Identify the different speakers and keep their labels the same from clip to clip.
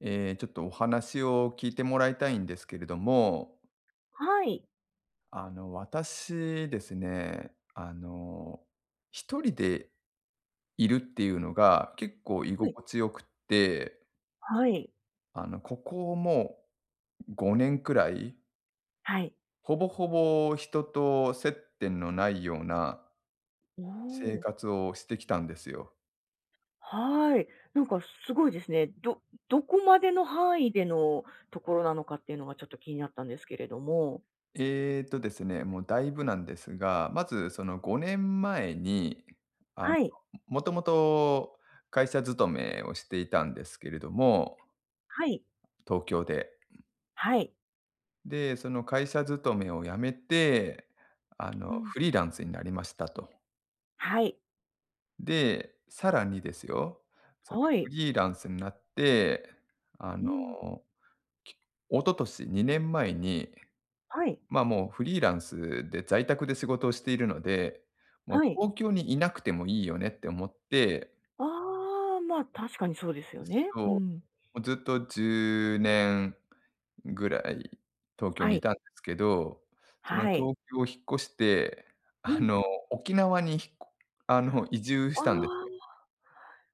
Speaker 1: ちょっとお話を聞いてもらいたいんですけれども、
Speaker 2: はい。
Speaker 1: 私ですね、一人でいるっていうのが結構居
Speaker 2: はい。
Speaker 1: 心地よくって、
Speaker 2: はい。
Speaker 1: あの、ここもう5年くらい、
Speaker 2: はい。
Speaker 1: ほぼほぼ人と接点のないような
Speaker 2: お
Speaker 1: 生
Speaker 2: お。
Speaker 1: 活をしてきたんですよ。
Speaker 2: はい。なんかすごいですね。どこまでの範囲でのところなのかっていうのがちょっと気になったんですけれども。
Speaker 1: えーとですね、もうだいぶなんですが、まずその5年前に、あの、
Speaker 2: はい。
Speaker 1: もともと会社勤めをしていたんですけれども、
Speaker 2: はい。
Speaker 1: 東京で。
Speaker 2: はい。
Speaker 1: で、その会社勤めを辞めて、あの、
Speaker 2: うん。
Speaker 1: フリーランスになりましたと。
Speaker 2: はい。
Speaker 1: で、さらにですよ、その
Speaker 2: は
Speaker 1: フ
Speaker 2: い。
Speaker 1: リーランスになって、あ
Speaker 2: う
Speaker 1: の、
Speaker 2: ん。
Speaker 1: き一昨年2年前に、
Speaker 2: はい。
Speaker 1: まあ、もうフリーランスで在宅で仕事をしているので、もう
Speaker 2: はい。
Speaker 1: 東京にいなくてもいいよねって思って、
Speaker 2: ああ、まあ、確かにそうですよね。
Speaker 1: そう、
Speaker 2: う
Speaker 1: も
Speaker 2: ん。
Speaker 1: うずっと10年ぐらい東京
Speaker 2: は
Speaker 1: に
Speaker 2: い。
Speaker 1: いたんですけど、その
Speaker 2: はい。
Speaker 1: 東京を引っ越して、
Speaker 2: う
Speaker 1: あ
Speaker 2: ん。
Speaker 1: の、沖縄にひっこあの、移住
Speaker 2: あ
Speaker 1: し
Speaker 2: あ、
Speaker 1: たんですよ。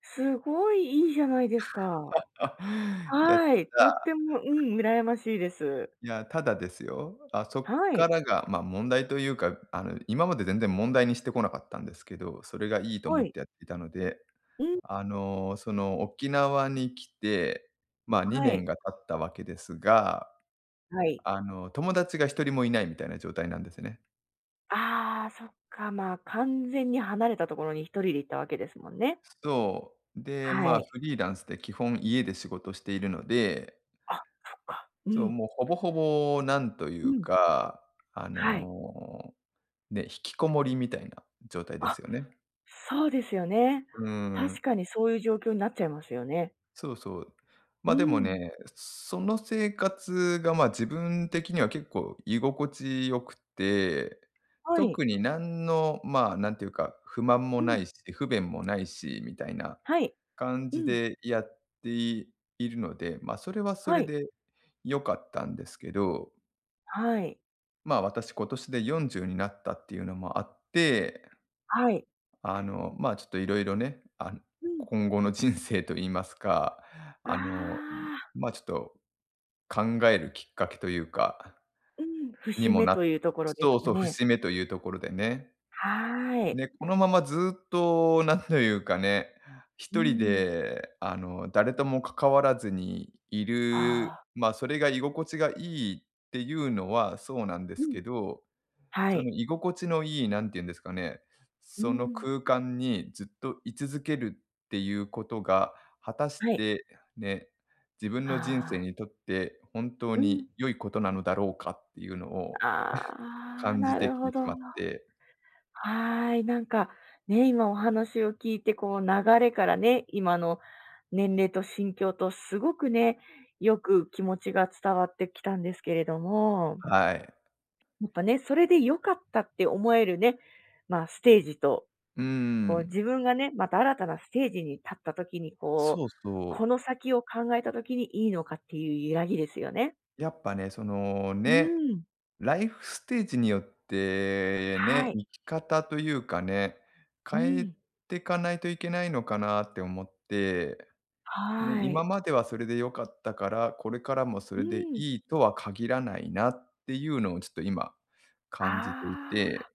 Speaker 2: すごいいいじゃないですか。
Speaker 1: いや、た
Speaker 2: はい。とっ
Speaker 1: だ
Speaker 2: ても、うん、羨ましいです。
Speaker 1: いや、ただですよ、あ、そっ
Speaker 2: は
Speaker 1: か
Speaker 2: い。
Speaker 1: らが、ま、問題というか、あの、今まで全然問題にしてこなかったんですけど、それがいいと思
Speaker 2: は
Speaker 1: っ
Speaker 2: い。
Speaker 1: てやっていたので、
Speaker 2: うん。
Speaker 1: あの、その沖縄に来て、まあ、
Speaker 2: は
Speaker 1: 2年
Speaker 2: い。
Speaker 1: が経ったわけですが、
Speaker 2: はい。
Speaker 1: あの、友達が一人もいないみたいな状態なんですね。
Speaker 2: ああ、そっか、まあ、完全に離れたところに一人で行ったわけですもんね。
Speaker 1: そう。で、ま
Speaker 2: は
Speaker 1: あ、
Speaker 2: い。
Speaker 1: フリーランスで基本家で仕事しているので、
Speaker 2: あ、そっか。う
Speaker 1: そう、
Speaker 2: ん。
Speaker 1: もうほぼほぼなんとい
Speaker 2: う
Speaker 1: う
Speaker 2: ん。
Speaker 1: か、あ
Speaker 2: はい。
Speaker 1: の、ね、引きこもりみたいな状態で
Speaker 2: あ、
Speaker 1: すよね。
Speaker 2: そうですよね。
Speaker 1: う
Speaker 2: 確
Speaker 1: ん。
Speaker 2: かにそういう状況になっちゃいますよね。
Speaker 1: そうそう。
Speaker 2: う
Speaker 1: ま、でも
Speaker 2: ん。
Speaker 1: ね、その生活が、ま、自分的には結構居心地よくて、
Speaker 2: はい。
Speaker 1: 特に何の、まあ、なんていうか、不満も
Speaker 2: う
Speaker 1: な
Speaker 2: ん。
Speaker 1: いし、不便もないしみたいな
Speaker 2: はい。
Speaker 1: 感
Speaker 2: う
Speaker 1: じ
Speaker 2: ん。
Speaker 1: でやっているので、ま、それはそ
Speaker 2: は
Speaker 1: れ
Speaker 2: い。
Speaker 1: で良かったんですけど、
Speaker 2: はい。
Speaker 1: ま、私今年で40になったっていうのもあって、
Speaker 2: はい。
Speaker 1: あの、ま、ちょっといろいろね、あの、
Speaker 2: うん。
Speaker 1: 今後の人生といいますか、
Speaker 2: あ
Speaker 1: あの、
Speaker 2: あ、
Speaker 1: ま、ちょっと考えるきっかけというか、
Speaker 2: うん、
Speaker 1: に
Speaker 2: 節
Speaker 1: も
Speaker 2: 目
Speaker 1: な
Speaker 2: というところです
Speaker 1: そう
Speaker 2: か
Speaker 1: そう、
Speaker 2: ね。
Speaker 1: 節目というところでね。
Speaker 2: はーい。
Speaker 1: で、このままずっとなんというかね、
Speaker 2: う
Speaker 1: 一人
Speaker 2: ん。
Speaker 1: で、あの、誰とも関わらずにいる、
Speaker 2: ああ、
Speaker 1: まあ、それが居心地がいいっていうのはそうなんで
Speaker 2: う
Speaker 1: す
Speaker 2: ん。
Speaker 1: けど、
Speaker 2: は
Speaker 1: そ
Speaker 2: い。
Speaker 1: の居心地のいい、なんて言うんですかね、
Speaker 2: う
Speaker 1: その
Speaker 2: ん。
Speaker 1: 空間にずっと居続けるっていうことが、果たし
Speaker 2: はい。
Speaker 1: てね、自分の人生
Speaker 2: ああ、
Speaker 1: にとって本当
Speaker 2: う
Speaker 1: に
Speaker 2: ん。
Speaker 1: 良いことなのだろうかっていうのを
Speaker 2: ああ、
Speaker 1: 感じ
Speaker 2: な
Speaker 1: て
Speaker 2: る
Speaker 1: きて
Speaker 2: ほ
Speaker 1: し
Speaker 2: ど。
Speaker 1: まって、
Speaker 2: はい。なんか、ね、今お話を聞いて、こう流れからね、今の年齢と心境とすごくね、よく気持ちが伝わってきたんですけれども、
Speaker 1: はい。
Speaker 2: やっぱね、それで良かったって思えるね、まあ、ステージと、
Speaker 1: うー
Speaker 2: こう
Speaker 1: ん、
Speaker 2: 自分がね、また新たなステージに立った時に、こ
Speaker 1: そ
Speaker 2: う、
Speaker 1: う
Speaker 2: こ
Speaker 1: そ
Speaker 2: の
Speaker 1: う。
Speaker 2: 先を考えた時にいいのかっていう揺らぎですよね。
Speaker 1: やっぱね、その
Speaker 2: う
Speaker 1: ね、
Speaker 2: ん。
Speaker 1: ライフステージによってね、
Speaker 2: はい。
Speaker 1: 生き方というかね、
Speaker 2: う
Speaker 1: 変え
Speaker 2: ん。
Speaker 1: てかないといけないのかなって思って、ね、
Speaker 2: は
Speaker 1: 今
Speaker 2: い。
Speaker 1: まではそれで良かったから、これからもそ
Speaker 2: う
Speaker 1: れで
Speaker 2: ん。
Speaker 1: いいとは限らないなっていうのをちょっと今感じてい
Speaker 2: ああ、
Speaker 1: て、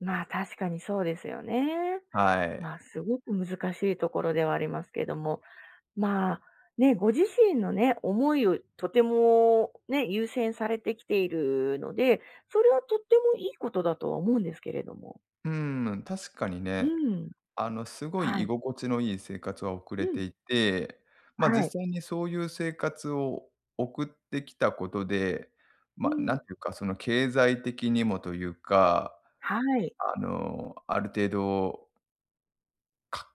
Speaker 2: まあ、確かにそうですよね。
Speaker 1: はい。
Speaker 2: まあ、すごく難しいところではありますけども、まあ、ね、ご自身のね、思いをとてもね、優先されてきているので、それはとってもいいことだとは思うんですけれども。
Speaker 1: うーん、確かに
Speaker 2: う
Speaker 1: ね、
Speaker 2: ん。
Speaker 1: あの、すごい
Speaker 2: は
Speaker 1: 居
Speaker 2: い。
Speaker 1: 心地のいい生活は送
Speaker 2: う
Speaker 1: れて
Speaker 2: ん。
Speaker 1: いて、ま、
Speaker 2: は
Speaker 1: 実
Speaker 2: い。
Speaker 1: 際にそういう生活を送ってきたことで、
Speaker 2: う
Speaker 1: ま、なん
Speaker 2: ん。
Speaker 1: ていうか、その経済的にもというか、
Speaker 2: はい。
Speaker 1: あの、ある程度、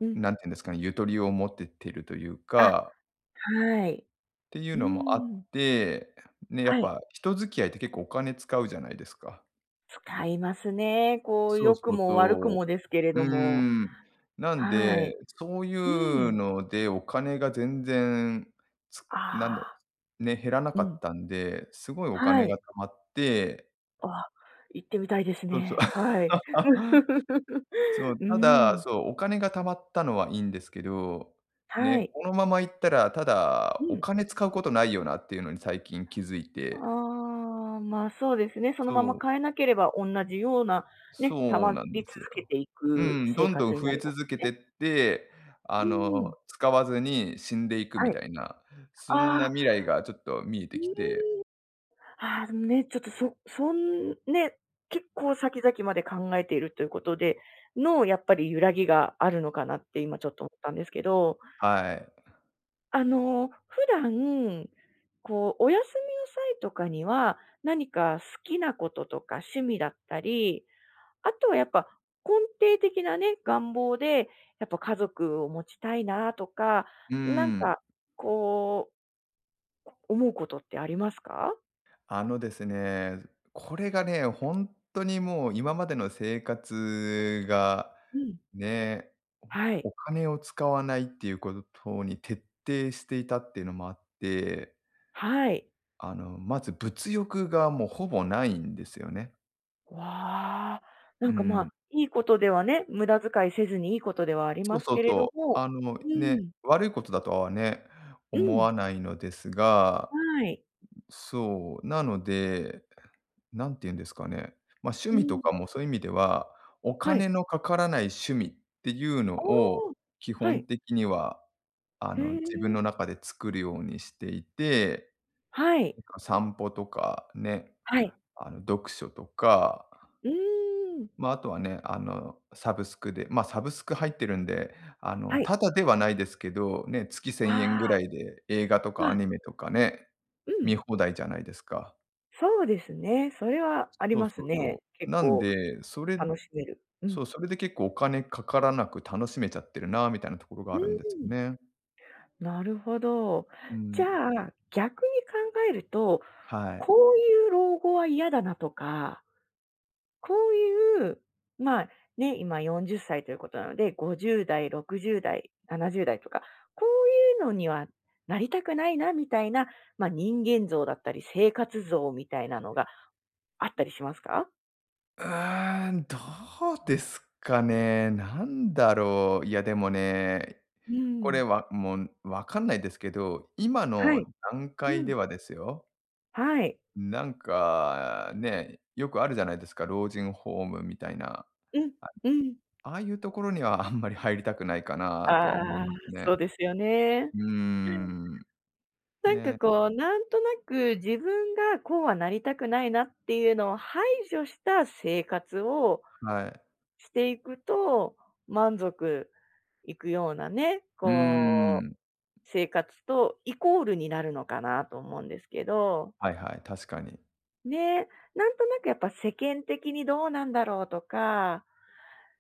Speaker 2: うん。
Speaker 1: なんていうんですかね、ゆとりを持ってってるという
Speaker 2: あ、
Speaker 1: か
Speaker 2: はい。
Speaker 1: ていう
Speaker 2: う
Speaker 1: のもあっ
Speaker 2: ん。
Speaker 1: て、ね、やっ
Speaker 2: はい。
Speaker 1: ぱ人付き合いって結構お金使うじゃないですか。
Speaker 2: 使いますね。こう、
Speaker 1: そう
Speaker 2: 良く
Speaker 1: そう
Speaker 2: も悪く
Speaker 1: そう。
Speaker 2: もですけれ
Speaker 1: う
Speaker 2: ども。
Speaker 1: ーん。なん
Speaker 2: は
Speaker 1: で、
Speaker 2: い。
Speaker 1: そうい
Speaker 2: う
Speaker 1: う
Speaker 2: ん。
Speaker 1: のでお金が全然、つ
Speaker 2: あ
Speaker 1: なんだ
Speaker 2: あ。
Speaker 1: ね、減らな
Speaker 2: う
Speaker 1: かっ
Speaker 2: ん。
Speaker 1: たんで、すごいお
Speaker 2: は
Speaker 1: 金が貯
Speaker 2: い。
Speaker 1: まって
Speaker 2: あ、行ってみたいです
Speaker 1: そうそう。
Speaker 2: ね。はい。
Speaker 1: そ う、
Speaker 2: う
Speaker 1: ただ、
Speaker 2: ん。
Speaker 1: そう、お金が貯まったのはいいんですけど、
Speaker 2: は
Speaker 1: ね、
Speaker 2: い。
Speaker 1: このままいったら、た
Speaker 2: う
Speaker 1: だお
Speaker 2: ん。
Speaker 1: 金使うことないよなっていうのに最近気づいて。
Speaker 2: ああ、まあ、そうですね。そのま
Speaker 1: そ
Speaker 2: ま
Speaker 1: う、
Speaker 2: 変えなければ同じような、ね、溜
Speaker 1: そう
Speaker 2: ま
Speaker 1: なん
Speaker 2: り
Speaker 1: で
Speaker 2: 続
Speaker 1: すよ。
Speaker 2: けてい
Speaker 1: う
Speaker 2: く
Speaker 1: ん、ど
Speaker 2: 生
Speaker 1: んどん
Speaker 2: 活に
Speaker 1: 増
Speaker 2: な
Speaker 1: え
Speaker 2: ります
Speaker 1: 続けて
Speaker 2: ね。
Speaker 1: って、あ
Speaker 2: う
Speaker 1: の、
Speaker 2: ん。
Speaker 1: 使わずに死んでいくみ
Speaker 2: はい。
Speaker 1: たいな、そんな
Speaker 2: あ
Speaker 1: 未
Speaker 2: あ。
Speaker 1: 来がちょっと見え
Speaker 2: う
Speaker 1: てきて、
Speaker 2: ん。ああ、でもね、ちょっとそんね、結構先々まで考えているということで、の、やっぱり揺らぎがあるのかなって今ちょっと思ったんですけど。
Speaker 1: はい。
Speaker 2: あの、普段、こう、お休みの際とかには、何か好きなこととか趣味だったり、あとはやっぱ根底的なね、願望で、やっぱ家族を持ちたいなとか、
Speaker 1: う
Speaker 2: なん
Speaker 1: ん、
Speaker 2: か、こう、思うことってありますか？
Speaker 1: あのですね、これがね、ほんとにもう今までの生活が、
Speaker 2: うん。
Speaker 1: ね、
Speaker 2: はい、
Speaker 1: お金を使わないっていうことに徹底していたっていうのもあって、
Speaker 2: はい。
Speaker 1: あの、まず物欲がもうほぼないんですよね。
Speaker 2: わあ、な
Speaker 1: う
Speaker 2: んか、まあ、
Speaker 1: ん。
Speaker 2: いいことではね、無駄遣いせずにいいことではあり
Speaker 1: そう
Speaker 2: ます
Speaker 1: そう
Speaker 2: けれ
Speaker 1: そう。
Speaker 2: ども。
Speaker 1: あの、
Speaker 2: う
Speaker 1: ね、
Speaker 2: ん、
Speaker 1: 悪いことだとはね、
Speaker 2: う
Speaker 1: 思
Speaker 2: ん、
Speaker 1: わないのですが、
Speaker 2: はい。
Speaker 1: そう、なので、なんて言うんですかね、ま、趣
Speaker 2: う
Speaker 1: 味と
Speaker 2: ん、
Speaker 1: かもそういう意味では、お
Speaker 2: は
Speaker 1: 金
Speaker 2: い。
Speaker 1: のかからない趣味っていうのを、
Speaker 2: おお、
Speaker 1: 基
Speaker 2: は
Speaker 1: 本
Speaker 2: い。
Speaker 1: 的には、あ
Speaker 2: へ
Speaker 1: の、自分
Speaker 2: え、
Speaker 1: の中で作るようにしていて、
Speaker 2: はい、
Speaker 1: なんか散歩とかね、
Speaker 2: はい。
Speaker 1: あの、読書とか、
Speaker 2: うーん。
Speaker 1: ま、ああとはね、あの、サブスクで、ま、あサブスク入ってるんで、あの、
Speaker 2: はい。
Speaker 1: ただではないですけど、ね、月1000
Speaker 2: あ
Speaker 1: 円ぐら
Speaker 2: あ、
Speaker 1: いで映画と
Speaker 2: ま
Speaker 1: かア
Speaker 2: あ、
Speaker 1: ニメとかね、
Speaker 2: うん、
Speaker 1: 見放題じゃないですか。
Speaker 2: そうですね。それはあり
Speaker 1: そう
Speaker 2: ます
Speaker 1: そう
Speaker 2: ね。
Speaker 1: そう。
Speaker 2: 結
Speaker 1: なん
Speaker 2: 構
Speaker 1: で、
Speaker 2: 楽しめる。う
Speaker 1: そ
Speaker 2: ん。
Speaker 1: う、それで結構お金かからなく楽しめちゃってるなみたいなところが
Speaker 2: う
Speaker 1: あるんです
Speaker 2: ー
Speaker 1: よ
Speaker 2: ん、
Speaker 1: ね。
Speaker 2: なるほど。
Speaker 1: う
Speaker 2: じ
Speaker 1: ん、
Speaker 2: ゃあ、逆に考えると、
Speaker 1: はい。
Speaker 2: こういう老後は嫌だなとかこういう、まあ、ね、今40歳ということなので、50代、60代、70代とか、こういうのにはなりたくないなみたいな、まあ、人間像だったり、生活像みたいなのがあったりしますか？
Speaker 1: うーん、どうですかね、なんだろう。いや、でもね、
Speaker 2: う
Speaker 1: これ
Speaker 2: ん。
Speaker 1: はもう分かんないですけど、今
Speaker 2: は
Speaker 1: の
Speaker 2: い。
Speaker 1: 段
Speaker 2: う
Speaker 1: 階で
Speaker 2: ん。
Speaker 1: はですよ、
Speaker 2: はい。
Speaker 1: なんかね、よくあるじゃないですか、老人ホームみたいな。
Speaker 2: うん、
Speaker 1: あ、
Speaker 2: うん。
Speaker 1: ああいうところにはあんまり入りたくないかなとは思い
Speaker 2: ああ、
Speaker 1: ます
Speaker 2: そう
Speaker 1: ね。
Speaker 2: ですよね。
Speaker 1: うーん。
Speaker 2: なんか
Speaker 1: ね、
Speaker 2: こう、なんとなく自分がこうはなりたくないなっていうのを排除した生活を
Speaker 1: はい。
Speaker 2: していくと、満足行くようなね、
Speaker 1: うー
Speaker 2: こう、
Speaker 1: ん。
Speaker 2: 生活とイコールになるのかなと思うんですけど、
Speaker 1: はいはい、確かに。
Speaker 2: ね、なんとなくやっぱ世間的にどうなんだろうとか、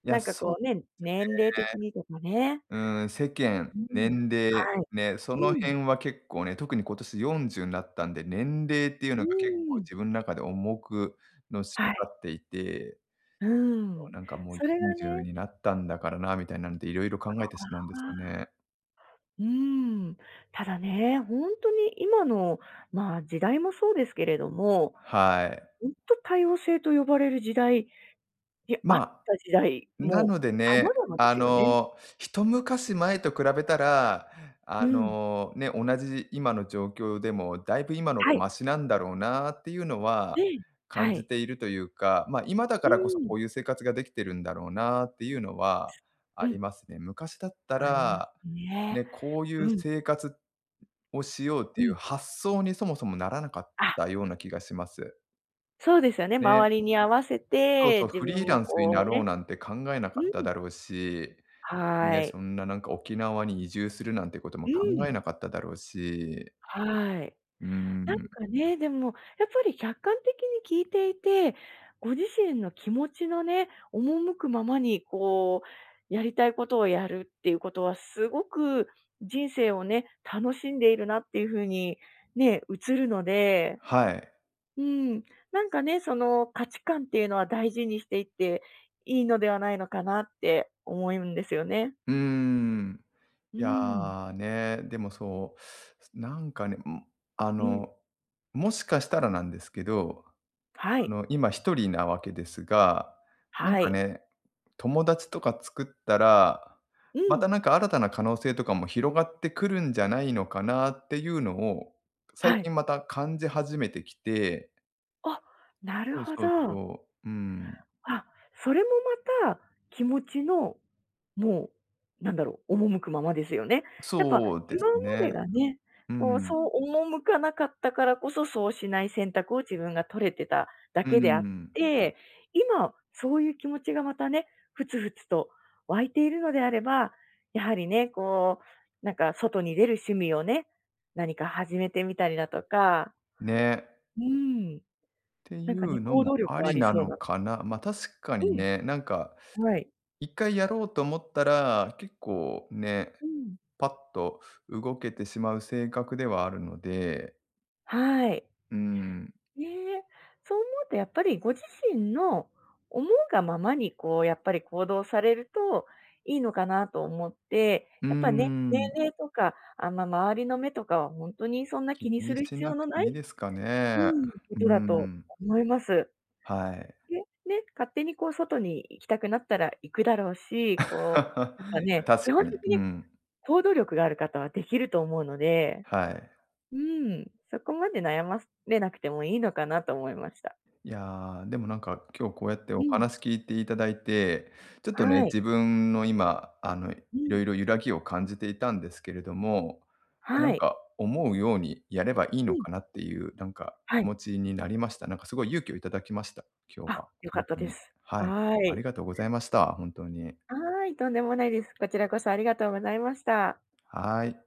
Speaker 1: い
Speaker 2: な
Speaker 1: や、
Speaker 2: んか
Speaker 1: そう、
Speaker 2: こうね、年齢的にとかね。
Speaker 1: うーん、世間、
Speaker 2: うん。
Speaker 1: 年齢、
Speaker 2: はい。
Speaker 1: ね、そ
Speaker 2: う
Speaker 1: の
Speaker 2: ん。
Speaker 1: 辺は結構ね、特に今年40になったんで、年齢っていうの
Speaker 2: う
Speaker 1: が結構
Speaker 2: ーん。
Speaker 1: 自分の中で重くのしか
Speaker 2: は
Speaker 1: か
Speaker 2: い。
Speaker 1: っていて、
Speaker 2: うん。
Speaker 1: なんかもう
Speaker 2: それが
Speaker 1: 40
Speaker 2: ね、
Speaker 1: になったんだからなみたいなので、いろいろ考えてしまうんですよ
Speaker 2: は
Speaker 1: ね。
Speaker 2: い。うーん。ただね、ほんとに今の、まあ、時代もそうですけれども、
Speaker 1: はい。
Speaker 2: ほんと多様性と呼ばれる時代で、あっ
Speaker 1: ま
Speaker 2: た時代、
Speaker 1: あ、な
Speaker 2: も
Speaker 1: の
Speaker 2: う
Speaker 1: でね、
Speaker 2: 様々で
Speaker 1: あ
Speaker 2: すよね。
Speaker 1: の、一昔前と比べたら、あ
Speaker 2: うん。
Speaker 1: の、ね、同じ今の状況でも、だいぶ今のが
Speaker 2: はい。
Speaker 1: マシなんだろうなっていうのは
Speaker 2: ねえ、
Speaker 1: 感
Speaker 2: は
Speaker 1: じ
Speaker 2: い。
Speaker 1: ているというか、まあ、今だ
Speaker 2: う
Speaker 1: からこそ
Speaker 2: ーん、
Speaker 1: こういう生活ができてるんだろうなっていうのはあ
Speaker 2: う
Speaker 1: り
Speaker 2: ん。
Speaker 1: ますね。昔だった
Speaker 2: あります
Speaker 1: ら、
Speaker 2: ね。
Speaker 1: ね、こういう
Speaker 2: うん、
Speaker 1: 生活っをしようって
Speaker 2: う
Speaker 1: いう
Speaker 2: ん。
Speaker 1: 発想にそもそもならなかっ
Speaker 2: あ、
Speaker 1: たような気がします。
Speaker 2: そうですよね、
Speaker 1: ね、
Speaker 2: 周りに合わせ
Speaker 1: そうそ
Speaker 2: て、
Speaker 1: う、
Speaker 2: 自
Speaker 1: フ
Speaker 2: 分
Speaker 1: リーラ
Speaker 2: も
Speaker 1: ンスにな
Speaker 2: こう
Speaker 1: ろう
Speaker 2: ね。
Speaker 1: なんて考えな
Speaker 2: う
Speaker 1: かっ
Speaker 2: ん、
Speaker 1: ただろうし、
Speaker 2: は
Speaker 1: ね、
Speaker 2: い。
Speaker 1: そんななんか沖縄に移住するなんてことも
Speaker 2: う
Speaker 1: 考え
Speaker 2: ん、
Speaker 1: なかっただろうし、
Speaker 2: はい。
Speaker 1: うー
Speaker 2: なん
Speaker 1: ん、
Speaker 2: かね、でも、やっぱり客観的に聞いていて、ご自身の気持ちのね、赴くままにこう、やりたいことをやるっていうことは、すごく人生をね、楽しんでいるなっていうふうにね、映るので、
Speaker 1: はい。
Speaker 2: うん、なんかね、その価値観っていうのは大事にしていっていいのではないのかなって思うんですよね。
Speaker 1: うーん。
Speaker 2: う
Speaker 1: い
Speaker 2: ん。
Speaker 1: や、ね、でもそう、なんかね、ん、あ
Speaker 2: うん。
Speaker 1: の、もしかしたらなんですけど、
Speaker 2: は
Speaker 1: あ
Speaker 2: い。
Speaker 1: の、今一人なわけですが、なん
Speaker 2: は
Speaker 1: か
Speaker 2: い。
Speaker 1: ね、友達とか作ったら、
Speaker 2: う
Speaker 1: また
Speaker 2: ん。
Speaker 1: なんか新たな可能性とかも広がってくるんじゃないのかなっていうのを、最
Speaker 2: はい。
Speaker 1: 近また感じ始めてきて。
Speaker 2: あ、なる
Speaker 1: そう
Speaker 2: ほ
Speaker 1: そう
Speaker 2: ど。
Speaker 1: そう。うん。
Speaker 2: あ、それもまた気持ちの、もう、なんだろう、赴くままですよね。やっぱ
Speaker 1: そうで
Speaker 2: 今
Speaker 1: す
Speaker 2: ま
Speaker 1: ね。
Speaker 2: でがね、
Speaker 1: う
Speaker 2: こう、
Speaker 1: ん。
Speaker 2: そう赴かなかったからこそ、そうしない選択を自分が取れてただ
Speaker 1: う
Speaker 2: けであっ
Speaker 1: ん。
Speaker 2: て、今そういう気持ちがまたね、ふつふつと湧いているのであれば、やはりね、こう、なんか外に出る趣味をね、何か始めてみたりだとか、
Speaker 1: ね。
Speaker 2: うん、
Speaker 1: って
Speaker 2: なん
Speaker 1: い
Speaker 2: かね、
Speaker 1: うの
Speaker 2: 行動
Speaker 1: も
Speaker 2: 力
Speaker 1: あ
Speaker 2: はあ
Speaker 1: り
Speaker 2: り
Speaker 1: な
Speaker 2: そう
Speaker 1: の
Speaker 2: な。
Speaker 1: かな。ま、確かに
Speaker 2: うん、
Speaker 1: ね、なんか
Speaker 2: はい。
Speaker 1: 一回やろうと思ったら、結構ね、
Speaker 2: うん。
Speaker 1: パッと動けてしまう性格ではあるので、
Speaker 2: はい。
Speaker 1: うーん、
Speaker 2: ねえ、そう思うとやっぱりご自身の思うがままにこうやっぱり行動されるといいのかなと思って、
Speaker 1: うー
Speaker 2: やっぱね、年
Speaker 1: ん、
Speaker 2: 齢とか、あ、ま、周りの目とかは本当にそんな
Speaker 1: 気
Speaker 2: 気にす
Speaker 1: に
Speaker 2: る
Speaker 1: し
Speaker 2: 必
Speaker 1: な
Speaker 2: 要
Speaker 1: く
Speaker 2: の
Speaker 1: て
Speaker 2: な
Speaker 1: いい
Speaker 2: い、
Speaker 1: ですか
Speaker 2: う
Speaker 1: ね。
Speaker 2: ん、こ
Speaker 1: う
Speaker 2: とだと
Speaker 1: ん、
Speaker 2: 思います。
Speaker 1: はい。
Speaker 2: で、ね、勝手にこう外に行きたくなったら行くだろうし、こう、やっぱ ね、
Speaker 1: 確
Speaker 2: 基
Speaker 1: か
Speaker 2: 本
Speaker 1: に、
Speaker 2: 的
Speaker 1: う
Speaker 2: に
Speaker 1: ん、
Speaker 2: 行動力がある方はできると思うので、
Speaker 1: はい。
Speaker 2: うん、そこまで悩ませなくてもいいのかなと思いました。
Speaker 1: いやー、でもなんか今日こうやってお
Speaker 2: うん。
Speaker 1: 話聞いていただいて、ちょっとね、
Speaker 2: はい。
Speaker 1: 自分の今、あの、い
Speaker 2: う
Speaker 1: ろ
Speaker 2: ん。
Speaker 1: いろ揺らぎを感じていたんですけれども、ま、な
Speaker 2: は
Speaker 1: ん
Speaker 2: い。
Speaker 1: か思うようにやればいい
Speaker 2: う
Speaker 1: の
Speaker 2: ん。
Speaker 1: かなっていう、なんか
Speaker 2: は
Speaker 1: 気
Speaker 2: い。
Speaker 1: 持ちになりました。なんかすごい勇気をいただきました、今日
Speaker 2: あ、
Speaker 1: は、
Speaker 2: 良か
Speaker 1: 本
Speaker 2: った
Speaker 1: 当
Speaker 2: で
Speaker 1: に。
Speaker 2: す。
Speaker 1: はい。
Speaker 2: は
Speaker 1: あり
Speaker 2: い。
Speaker 1: がとうございました、本当に。
Speaker 2: はい、とんでもないです。こちらこそありがとうございました。
Speaker 1: はい。